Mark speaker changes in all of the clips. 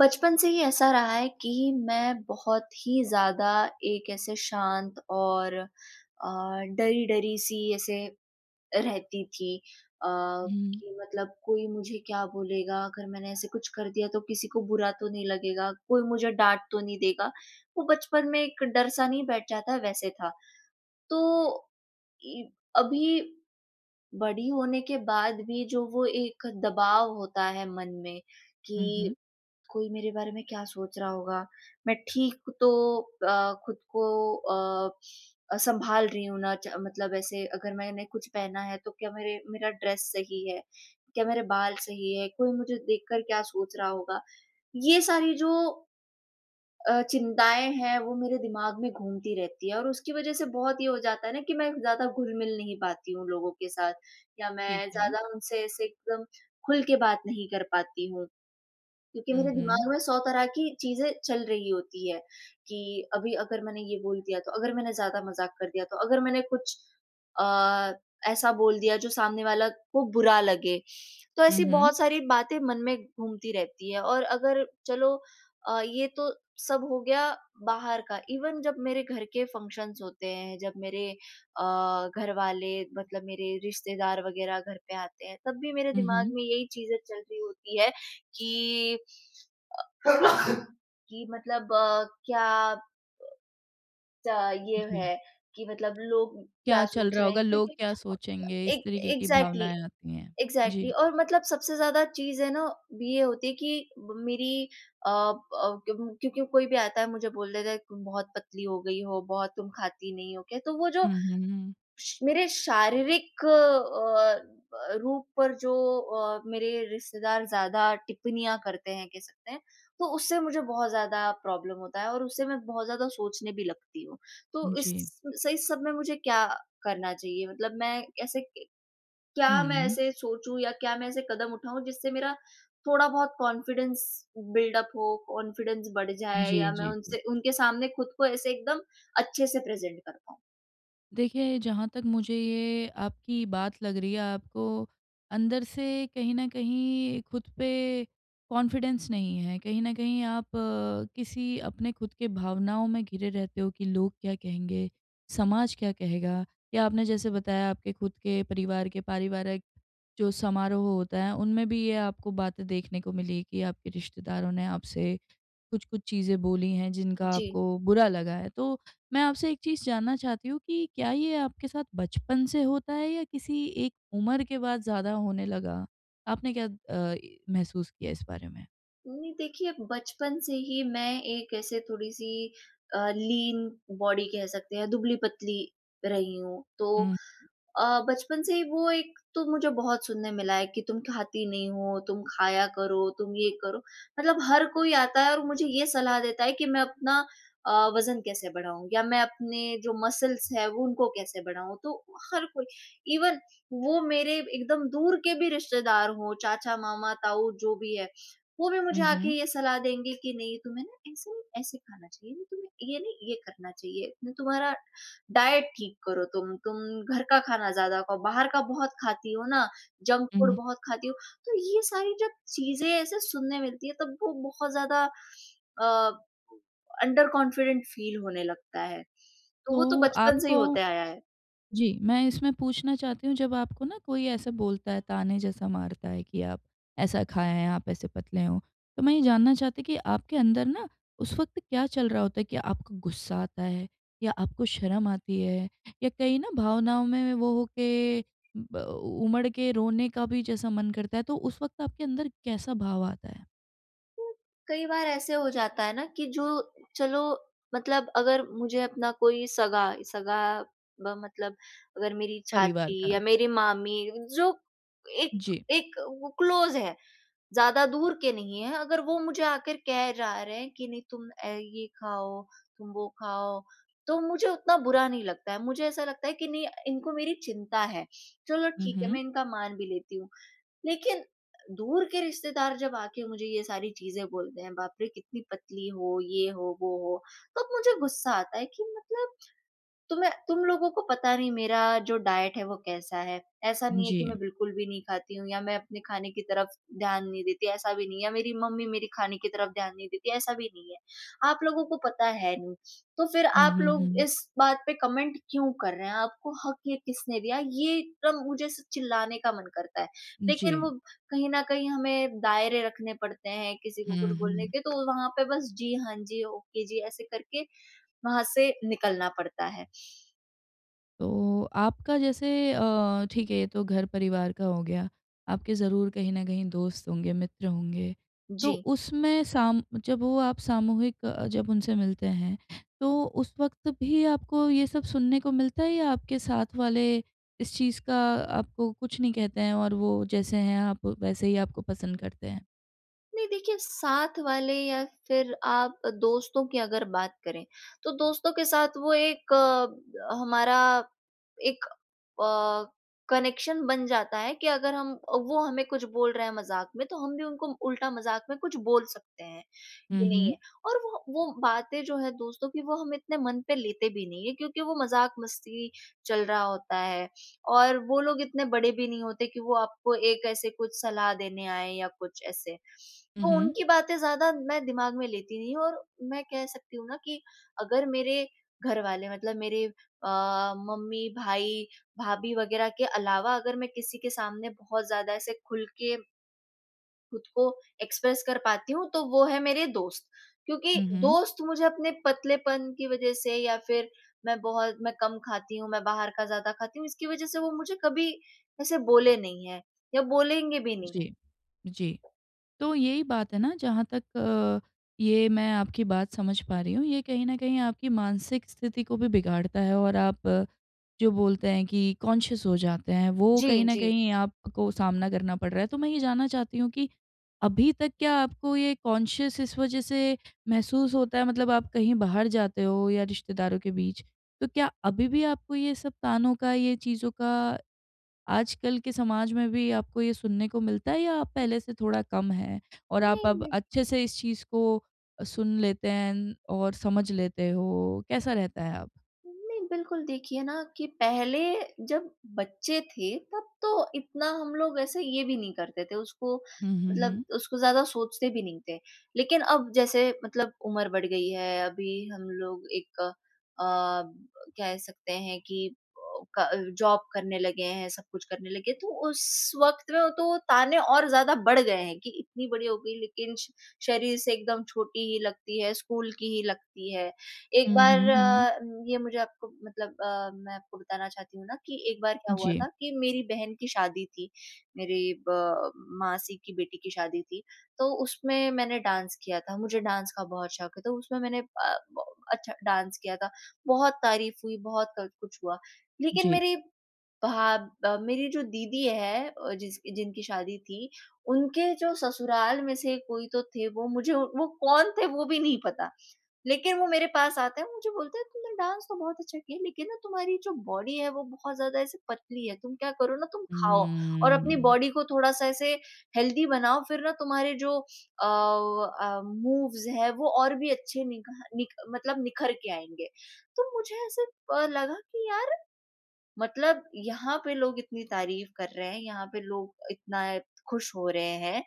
Speaker 1: बचपन से ही ऐसा रहा है कि मैं बहुत ही ज़्यादा एक ऐसे शांत और डरी-डरी सी ऐसे रहती थी अ,
Speaker 2: हुँ।
Speaker 1: कि मतलब कोई मुझे क्या बोलेगा? अगर मैंने ऐसे कुछ कर दिया तो किसी को बुरा तो नहीं लगेगा? कोई मुझे डाँट तो नहीं देगा? वो बचपन में एक डर-सा नहीं बैठ जाता है, वैसे था। तो इ अभी बड़ी होने के बाद भी जो वो एक दबाव होता है मन में
Speaker 2: हुँ, हुँ।
Speaker 1: कि कोई मेरे बारे में क्या सोच रहा होगा? मैं ठीक तो खुद को अ संभाल रही हूँ ना च मतलब ऐसे अगर मैंने कुछ पहना है तो क्या मेरे मेरा ड्रेस सही है? क्या मेरे बाल सही है? कोई मुझे देखकर क्या सोच रहा होगा? ये सारी जो चिंताएँ हैं वो मेरे दिमाग में घूमती रहती है और उसकी वज़ह से बहुत ये हो जाता है ना कि मैं ज़्यादा घुल-मिल नहीं पाती हूँ लोगों के साथ या
Speaker 2: ठीक
Speaker 1: मैं
Speaker 2: है।
Speaker 1: ज़्यादा उनसे ऐसे एकदम खुल के बात नहीं कर पाती हूँ। क्योंकि
Speaker 2: हुँ,
Speaker 1: मेरे
Speaker 2: हुँ।
Speaker 1: दिमाग में 100 तरह की चीज़ें चल रही होती है, कि अभी अगर मैंने ये बोल दिया तो, अगर मैंने ज़्यादा मज़ाक कर दिया तो, अगर मैंने कुछ अ, ऐसा बोल दिया जो सामने वाला को बुरा लगे। तो
Speaker 2: हुँ,
Speaker 1: ऐसी
Speaker 2: हुँ।
Speaker 1: बहुत सारी बातें मन में घूमती रहती है और अगर चलो ये तो सब हो गया बाहर का, इवन जब मेरे घर के फंक्शन्स होते हैं, जब मेरे अ, घरवाले मतलब मेरे रिश्तेदार वग़ैरह घर पे आते हैं, तब भी मेरे
Speaker 2: हुँ,
Speaker 1: दिमाग
Speaker 2: हुँ।
Speaker 1: में यही चीज़ें चल रही होती है कि कि मतलब क्या च ये
Speaker 2: जी।
Speaker 1: है कि मतलब लोग
Speaker 2: क्या
Speaker 1: क्या
Speaker 2: चल
Speaker 1: सोच
Speaker 2: रहा
Speaker 1: रहे हैं
Speaker 2: होगा, लोग
Speaker 1: क्योंकि
Speaker 2: क्या सोचेंगे, इस
Speaker 1: एक
Speaker 2: तरीके की
Speaker 1: एग्ज़ैक्टली,
Speaker 2: भावनाएँ आती हैं।
Speaker 1: एग्ज़ैक्टली
Speaker 2: जी।
Speaker 1: और मतलब सबसे ज़्यादा चीज़ है ना ये होती है कि मेरी क्योंकि कोई भी आता है मुझे बोल देता है तुम बहुत पतली हो गई हो, बहुत तुम खाती नहीं हो क्या? तो वो जो
Speaker 2: हुँ, हुँ, हुँ।
Speaker 1: श मेरे शारीरिक ब रूप पर जो मेरे रिश्तेदार ज़्यादा टिप्पणियाँ करते हैं कह सकते हैं, तो उससे मुझे बहुत ज़्यादा प्रॉब्लम होता है और उससे मैं बहुत ज़्यादा सोचने भी लगती हूँ। तो इस
Speaker 2: जी।
Speaker 1: स इस सब में मुझे क्या करना चाहिए? मतलब मैं ऐसे क क्या मैं
Speaker 2: हुँ।
Speaker 1: ऐसे सोचूँ या क्या मैं ऐसे कदम उठाऊँ जिससे मेरा थोड़ा बहुत कॉन्फिडेंस बिल्ड अप हो, कॉन्फिडेंस बढ़ जाए
Speaker 2: जी,
Speaker 1: या मैं
Speaker 2: जी, जी।
Speaker 1: उनसे उनके सामने खुद को ऐसे एकदम अच्छे से प्रेज़ेंट कर पाऊँ?
Speaker 2: देखिए, जहाँ तक मुझे ये आपकी बात लग रही है, आपको अंदर से कहीं न कहीं खुद पे कॉन्फिडेंस नहीं है। कहीं न कहीं आप किसी अपने खुद के भावनाओं में घिरे रहते हो कि लोग क्या कहेंगे, समाज क्या कहेगा? या आपने जैसे बताया आपके खुद के परिवार के पारिवारिक जो समारोह होता है, उनमें भी ये आपको बातें देखने को मिली कि आपके रिश्तेदारों ने आपसे कुछ-कुछ चीज़ें बोली हैं जिनका
Speaker 1: जी।
Speaker 2: आपको बुरा लगा है। तो मैं आपसे एक चीज़ जानना चाहती हूँ कि क्या ये आपके साथ बचपन से होता है या किसी एक उम्र के बाद ज़्यादा होने लगा? आपने क्या महसूस किया इस बारे में?
Speaker 1: नहीं देखिए, बचपन से ही मैं एक ऐसे थोड़ी-सी लीन बॉडी कह सकते हैं, दुबली-पतली रही हूँ। तो
Speaker 2: हुँ।
Speaker 1: बचपन से ही वो एक तो मुझे बहुत सुनने मिला है कि तुम खाती नहीं हो, तुम खाया करो, तुम ये करो। मतलब हर कोई आता है और मुझे ये सलाह देता है कि मैं अपना वज़न कैसे बढ़ाऊँ या मैं अपने जो मसल्स हैं वो उनको कैसे बढ़ाऊँ। तो हर कोई इवन वो मेरे एकदम दूर के भी रिश्तेदार हों, चाचा-मामा, ताऊ जो भी है, वो भी मुझे
Speaker 2: हुँ,
Speaker 1: आके
Speaker 2: हुँ।
Speaker 1: ये सलाह देंगे कि नहीं तुम्हें ना ऐसे नहीं ऐसे खाना चाहिए, नहीं तुम्हें ये नहीं ये करना चाहिए, नहीं तुम्हारा डाइट ठीक करो तुम घर का खाना ज़्यादा खाओ, बाहर का बहुत खाती हो ना, जंक फूड
Speaker 2: हुँ।
Speaker 1: बहुत खाती हो। तो ये सारी जब चीज़ें ऐसे सुनने मिलती है तब वो बहुत ज़्यादा अ, अंडर कॉन्फिडेंट फील होने लगता है। तो वो तो
Speaker 2: तो
Speaker 1: बचपन से ही
Speaker 2: आपको
Speaker 1: होते आया है।
Speaker 2: जी, मैं इसमें पूछना चाहती हूँ जब आपको ना कोई ऐसा बोलता है, ताने जैसा मारता है कि आप ऐसा खाए हैं, आप ऐसे पतले हो। तो मैं ये जानना चाहती कि आपके अंदर ना उस वक़्त क्या चल रहा होता है? क्या आपको गुस्सा आता है या आपको शर्म आती है या कई ना भावनाओं में वो हो के ब उमड़ के रोने का भी जैसा मन करता है, तो उस वक़्त आपके अंदर कैसा भाव आता है
Speaker 1: तो कई बार ऐसे हो जाता है ना कि जो चलो मतलब अगर मुझे अपना कोई सगा सगा ब मतलब अगर मेरी
Speaker 2: परिवार
Speaker 1: चाची
Speaker 2: का?
Speaker 1: या मेरी मामी जो एक
Speaker 2: जी।
Speaker 1: एक वो क्लोज़ है ज़्यादा दूर के नहीं हैं, अगर वो मुझे आकर कह जा रहे हैं कि नहीं तुम ये खाओ, तुम वो खाओ, तो मुझे उतना बुरा नहीं लगता है। मुझे ऐसा लगता है कि नहीं इनको मेरी चिंता है, चलो
Speaker 2: हुँ,
Speaker 1: ठीक है
Speaker 2: हुँ।
Speaker 1: मैं इनका मान भी लेती हूँ। लेकिन दूर के रिश्तेदार जब आके मुझे ये सारी चीज़ें बोलते हैं, बाप रे! कितनी पतली हो, ये हो, वो हो, तब मुझे गुस्सा आता है कि मतलब तुम लोगों को पता नहीं मेरा जो डाइट है वो कैसा है। ऐसा नहीं है कि
Speaker 2: जी।
Speaker 1: मैं बिल्कुल भी नहीं खाती हूँ या मैं अपने खाने की तरफ ध्यान नहीं देती, ऐसा भी नहीं है। या मेरी मम्मी मेरे खाने की तरफ ध्यान नहीं देती, ऐसा भी नहीं है। आप लोगों को पता है नहीं, तो फिर
Speaker 2: हुँ,
Speaker 1: आप
Speaker 2: हुँ,
Speaker 1: लोग
Speaker 2: हुँ।
Speaker 1: इस बात पे कमेंट क्यों कर रहे हैं? आपको हक ये किसने दिया? ये एकदम मुझे ऐसे चिल्लाने का मन करता है।
Speaker 2: जी।
Speaker 1: लेकिन वो कहीं न कहीं हमें दायरे रखने पड़ते हैं किसी को
Speaker 2: हुँ,
Speaker 1: कुछ बोलने
Speaker 2: हुँ।
Speaker 1: के, तो वहाँ पे बस जी हाँ जी, ओके जी, ऐसे करके वहाँ से निकलना पड़ता है।
Speaker 2: तो आपका जैसे ठीक है ये तो घर परिवार का हो गया, आपके ज़रूर कहीं न कहीं दोस्त होंगे, मित्र होंगे। तो
Speaker 1: जी।
Speaker 2: उसमें साम जब वो आप सामूहिक जब उनसे मिलते हैं, तो उस वक़्त भी आपको ये सब सुनने को मिलता है या आपके साथ वाले इस चीज़ का आपको कुछ नहीं कहते हैं और वो जैसे हैं आप वैसे ही आपको पसंद करते हैं?
Speaker 1: नहीं देखिए साथ वाले या फिर आप दोस्तों की अगर बात करें, तो दोस्तों के साथ वो एक हमारा एक अ, कनेक्शन बन जाता है कि अगर हम वो हमें कुछ बोल रहे हैं मज़ाक में, तो हम भी उनको उल्टा मज़ाक में कुछ बोल सकते हैं।
Speaker 2: हुँ,
Speaker 1: कि नहीं
Speaker 2: हुँ।
Speaker 1: है और वो बातें जो है दोस्तों की वो हम इतने मन पे लेते भी नहीं है क्योंकि वो मजाक मस्ती चल रहा होता है और वो लोग इतने बड़े भी नहीं होते कि वो आपको एक ऐसे कुछ सलाह देने आए या कुछ ऐसे
Speaker 2: हुँ,
Speaker 1: तो
Speaker 2: हुँ।
Speaker 1: उनकी बातें ज्यादा मैं दिमाग में लेती नहीं हूँ और मैं कह सकती हूँ ना कि अगर मेरे घर वाले मतलब मेरे मम्मी भाई भाभी वगैरह के अलावा अगर मैं किसी के सामने बहुत ज्यादा ऐसे खुल के खुद को एक्सप्रेस कर पाती हूँ तो वो है मेरे दोस्त। क्योंकि
Speaker 2: हुँ, हुँ।
Speaker 1: दोस्त मुझे अपने पतलेपन की वज़ह से या फिर मैं कम खाती हूँ, मैं बाहर का ज़्यादा खाती हूँ, इसकी वज़ह से वो मुझे कभी ऐसे बोले नहीं हैं या बोलेंगे भी नहीं।
Speaker 2: जी, जी। तो यही बात है ना जहाँ तक ये मैं आपकी बात समझ पा रही हूँ, ये कहीं न कहीं आपकी मानसिक स्थिति को भी बिगाड़ता है और आप जो बोलते हैं कि कॉन्शियस हो जाते हैं, वो कहीं
Speaker 1: जी,
Speaker 2: न
Speaker 1: जी।
Speaker 2: कहीं आपको सामना करना पड़ रहा है। तो मैं ये जानना चाहती हूँ कि अभी तक क्या आपको ये कॉन्शियस इस वज़ह से महसूस होता है मतलब आप कहीं बाहर जाते हो या रिश्तेदारों के बीच, तो क्या अभी भी आपको ये सब तानों का, ये चीज़ों का आजकल के समाज में भी आपको ये सुनने को मिलता है या आप पहले से थोड़ा कम है और आप
Speaker 1: नहीं,
Speaker 2: अब
Speaker 1: नहीं।
Speaker 2: अच्छे से इस चीज़ को सुन लेते हैं और समझ लेते हो? कैसा रहता है अब?
Speaker 1: नहीं, बिल्कुल देखिए ना कि पहले जब बच्चे थे तब तो इतना हम लोग ऐसे ये भी नहीं करते थे उसको
Speaker 2: हुँ, हुँ, हुँ।
Speaker 1: मतलब उसको ज़्यादा सोचते भी नहीं थे। लेकिन अब जैसे मतलब उम्र बढ़ गई है, अभी हम लोग एक अ, कह सकते हैं कि क जॉब करने लगे हैं, सब कुछ करने लगे तो उस वक़्त में तो ताने और ज़्यादा बढ़ गए हैं कि इतनी बड़ी हो गई लेकिन श शरीर से एकदम छोटी ही लगती है, स्कूल की ही लगती है। एक
Speaker 2: हुँ,
Speaker 1: बार
Speaker 2: हुँ, हुँ।
Speaker 1: ये मुझे आपको मतलब मैं आपको बताना चाहती हूँ ना कि एक बार क्या हुआ
Speaker 2: जी,
Speaker 1: था कि मेरी बहन की शादी थी, मेरी ब मासी की बेटी की शादी थी, तो उसमें मैंने डांस किया था, मुझे डांस का बहुत शौक है, तो उसमें मैंने ब अच्छा डांस किया था, बहुत तारीफ़ हुई, बहुत क कुछ हुआ। लेकिन
Speaker 2: जी।
Speaker 1: मेरी भा ब मेरी जो दीदी है जिस जिनकी शादी थी, उनके जो ससुराल में से कोई तो थे वो मुझे वो कौन थे वो भी नहीं पता। लेकिन वो मेरे पास आते हैं, मुझे बोलते हैं तुमने डांस तो बहुत अच्छा किया लेकिन ना तुम्हारी जो बॉडी है वो बहुत ज़्यादा ऐसे पतली है। तुम क्या करो ना तुम खाओ और अपनी
Speaker 2: हम्म,
Speaker 1: बॉडी को थोड़ा-सा ऐसे हेल्दी बनाओ फिर ना तुम्हारे जो मूव्स है वो और भी अच्छे निखा निक मतलब निखर के आएँगे। तो मुझे ऐसे लगा कि यार मतलब यहाँ पे लोग इतनी तारीफ़ कर रहे हैं, यहाँ पे लोग इतना खुश हो रहे हैं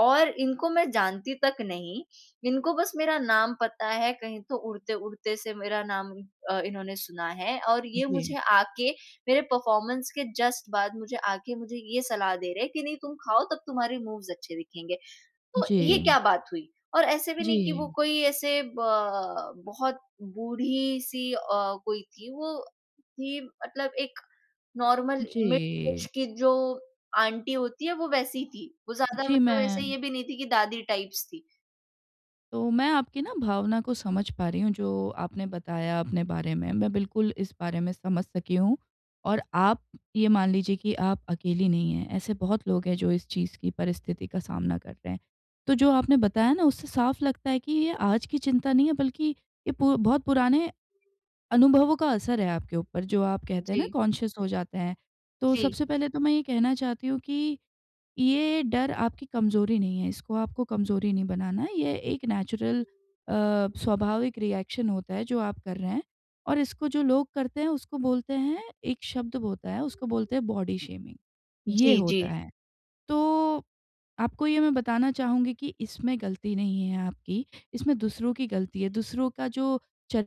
Speaker 1: और इनको मैं जानती तक नहीं, इनको बस मेरा नाम पता है, कहीं तो उड़ते-उड़ते से मेरा नाम इन्होंने सुना है और ये
Speaker 2: जी,
Speaker 1: मुझे आके मेरे परफ़ॉर्मेंस के जस्ट बाद मुझे आके मुझे ये सलाह दे रहे हैं कि नहीं तुम खाओ तब तुम्हारे मूव्स अच्छे दिखेंगे। तो ये क्या
Speaker 2: जी,
Speaker 1: बात हुई? और ऐसे भी
Speaker 2: जी,
Speaker 1: नहीं कि वो
Speaker 2: जी,
Speaker 1: कोई ऐसे ब बहुत बूढ़ी-सी कोई थी, वो थी मतलब एक नॉर्मल मिड ऐज
Speaker 2: जी,
Speaker 1: की जो आंटी होती है, वो वैसी थी। वो ज़्यादा
Speaker 2: जी
Speaker 1: मतलब
Speaker 2: मैं
Speaker 1: ऐसे ये भी नहीं थी कि दादी टाइप्स थी।
Speaker 2: तो मैं आपकी ना भावना को समझ पा रही हूँ जो आपने बताया अपने बारे में। मैं बिल्कुल इस बारे में समझ सकी हूँ और आप ये मान लीजिए कि आप अकेली नहीं हैं। ऐसे बहुत लोग हैं जो इस चीज़ की परिस्थिति का सामना कर रहे हैं। तो जो आपने बताया ना उससे साफ लगता है कि ये आज की चिंता नहीं है बल्कि ये पु बहुत पुराने अनुभवों का असर है आपके ऊपर जो आप कहते हैं ना
Speaker 1: जी,
Speaker 2: कॉन्शियस हो जाते हैं। तो
Speaker 1: जी।
Speaker 2: सबसे पहले तो मैं ये कहना चाहती हूँ कि ये डर आपकी कमज़ोरी नहीं है, इसको आपको कमज़ोरी नहीं बनाना है। ये एक नेचुरल स्वाभाविक रिएक्शन होता है जो आप कर रहे हैं और इसको जो लोग करते हैं उसको बोलते हैं एक शब्द होता है, उसको बोलते हैं बॉडी शेमिंग, ये
Speaker 1: जी, जी,
Speaker 2: होता है। तो आपको ये मैं बताना चाहूँगी कि इसमें गलती नहीं है आपकी, इसमें दूसरों की गलती है, दूसरों का जो च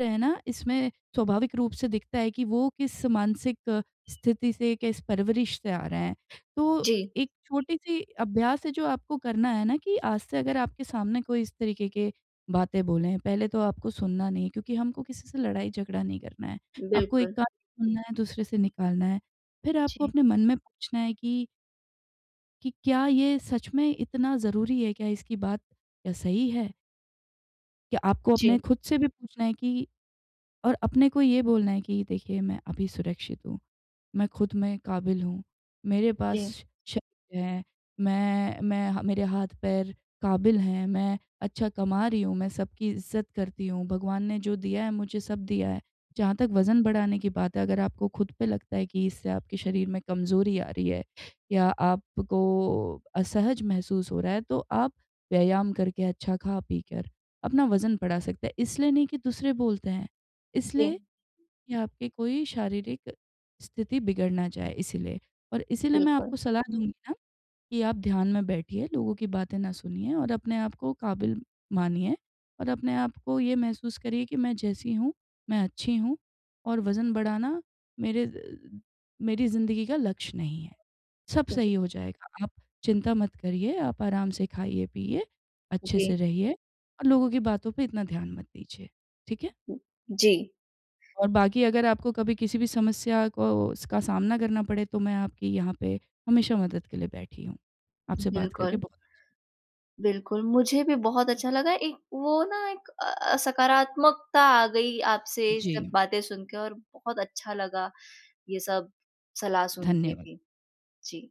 Speaker 2: है ना, इसमें स्वाभाविक रूप से दिखता है कि वो किस मानसिक स्थिति से, किस परवरिश से आ रहे हैं। तो
Speaker 1: जी।
Speaker 2: एक छोटी-सी अभ्यास है जो आपको करना है ना कि आज से अगर आपके सामने कोई इस तरीके के बातें बोलें, पहले तो आपको सुनना नहीं है क्योंकि हमको किसी से लड़ाई-झगड़ा नहीं करना है। आपको एक
Speaker 1: बिल्कुल।
Speaker 2: कान से सुनना है, दूसरे से निकालना है। फिर आपको
Speaker 1: जी,
Speaker 2: अपने मन में पूछना है कि क्या ये सच में इतना ज़रूरी है? क्या इसकी बात क्या सही है? क्या आपको अपने
Speaker 1: जी,
Speaker 2: खुद से भी पूछना है कि और अपने को ये बोलना है कि देखिए मैं अभी सुरक्षित हूँ। मैं खुद में काबिल हूँ, मेरे पास
Speaker 1: जी,
Speaker 2: शरीर है, मैं मेरे हाथ-पैर काबिल हैं, मैं अच्छा कमा रही हूँ, मैं सबकी इज़्ज़त करती हूँ, भगवान ने जो दिया है मुझे सब दिया है। जहाँ तक वज़न बढ़ाने की बात है, अगर आपको खुद पे लगता है कि इससे आपके शरीर में कमज़ोरी आ रही है या आपको असहज महसूस हो रहा है, तो आप व्यायाम करके अच्छा खा-पी कर अपना वज़न बढ़ा सकते हैं। इसलिए नहीं कि दूसरे बोलते हैं,
Speaker 1: जी।
Speaker 2: इसलिए कि आपकी कोई शारीरिक स्थिति बिगड़ ना जाए इसीलिए। और इसीलिए मैं
Speaker 1: बिल्कुल।
Speaker 2: आपको सलाह हुँ। दूँगी ना कि आप ध्यान में बैठिए, लोगों की बातें ना सुनिए और अपने आप को काबिल मानिए और अपने आप को ये महसूस करिए कि मैं जैसी हूँ, मैं अच्छी हूँ और वज़न बढ़ाना मेरे द मेरी ज़िंदगी का लक्ष्य नहीं है। सब
Speaker 1: जी,
Speaker 2: सही हो जाएगा, आप चिंता मत करिए, आप आराम से खाइए-पिइए, अच्छे
Speaker 1: जी,
Speaker 2: से रहिए और लोगों की बातों पे इतना ध्यान मत दीजिए। ठीक है?
Speaker 1: जी।
Speaker 2: और बाकी अगर आपको कभी किसी भी समस्या को उसका सामना करना पड़े तो मैं आपकी यहाँ पे हमेशा मदद के लिए बैठी हूँ। आपसे बात करके
Speaker 1: बिल्कुल।
Speaker 2: बहुत
Speaker 1: बिल्कुल, मुझे भी बहुत अच्छा लगा एक वो ना एक सकारात्मकता आ गई आपसे ये
Speaker 2: जी,
Speaker 1: सब बातें सुन के और बहुत अच्छा लगा ये सब सलाह सुन के
Speaker 2: धन्यवाद।
Speaker 1: भी। जी।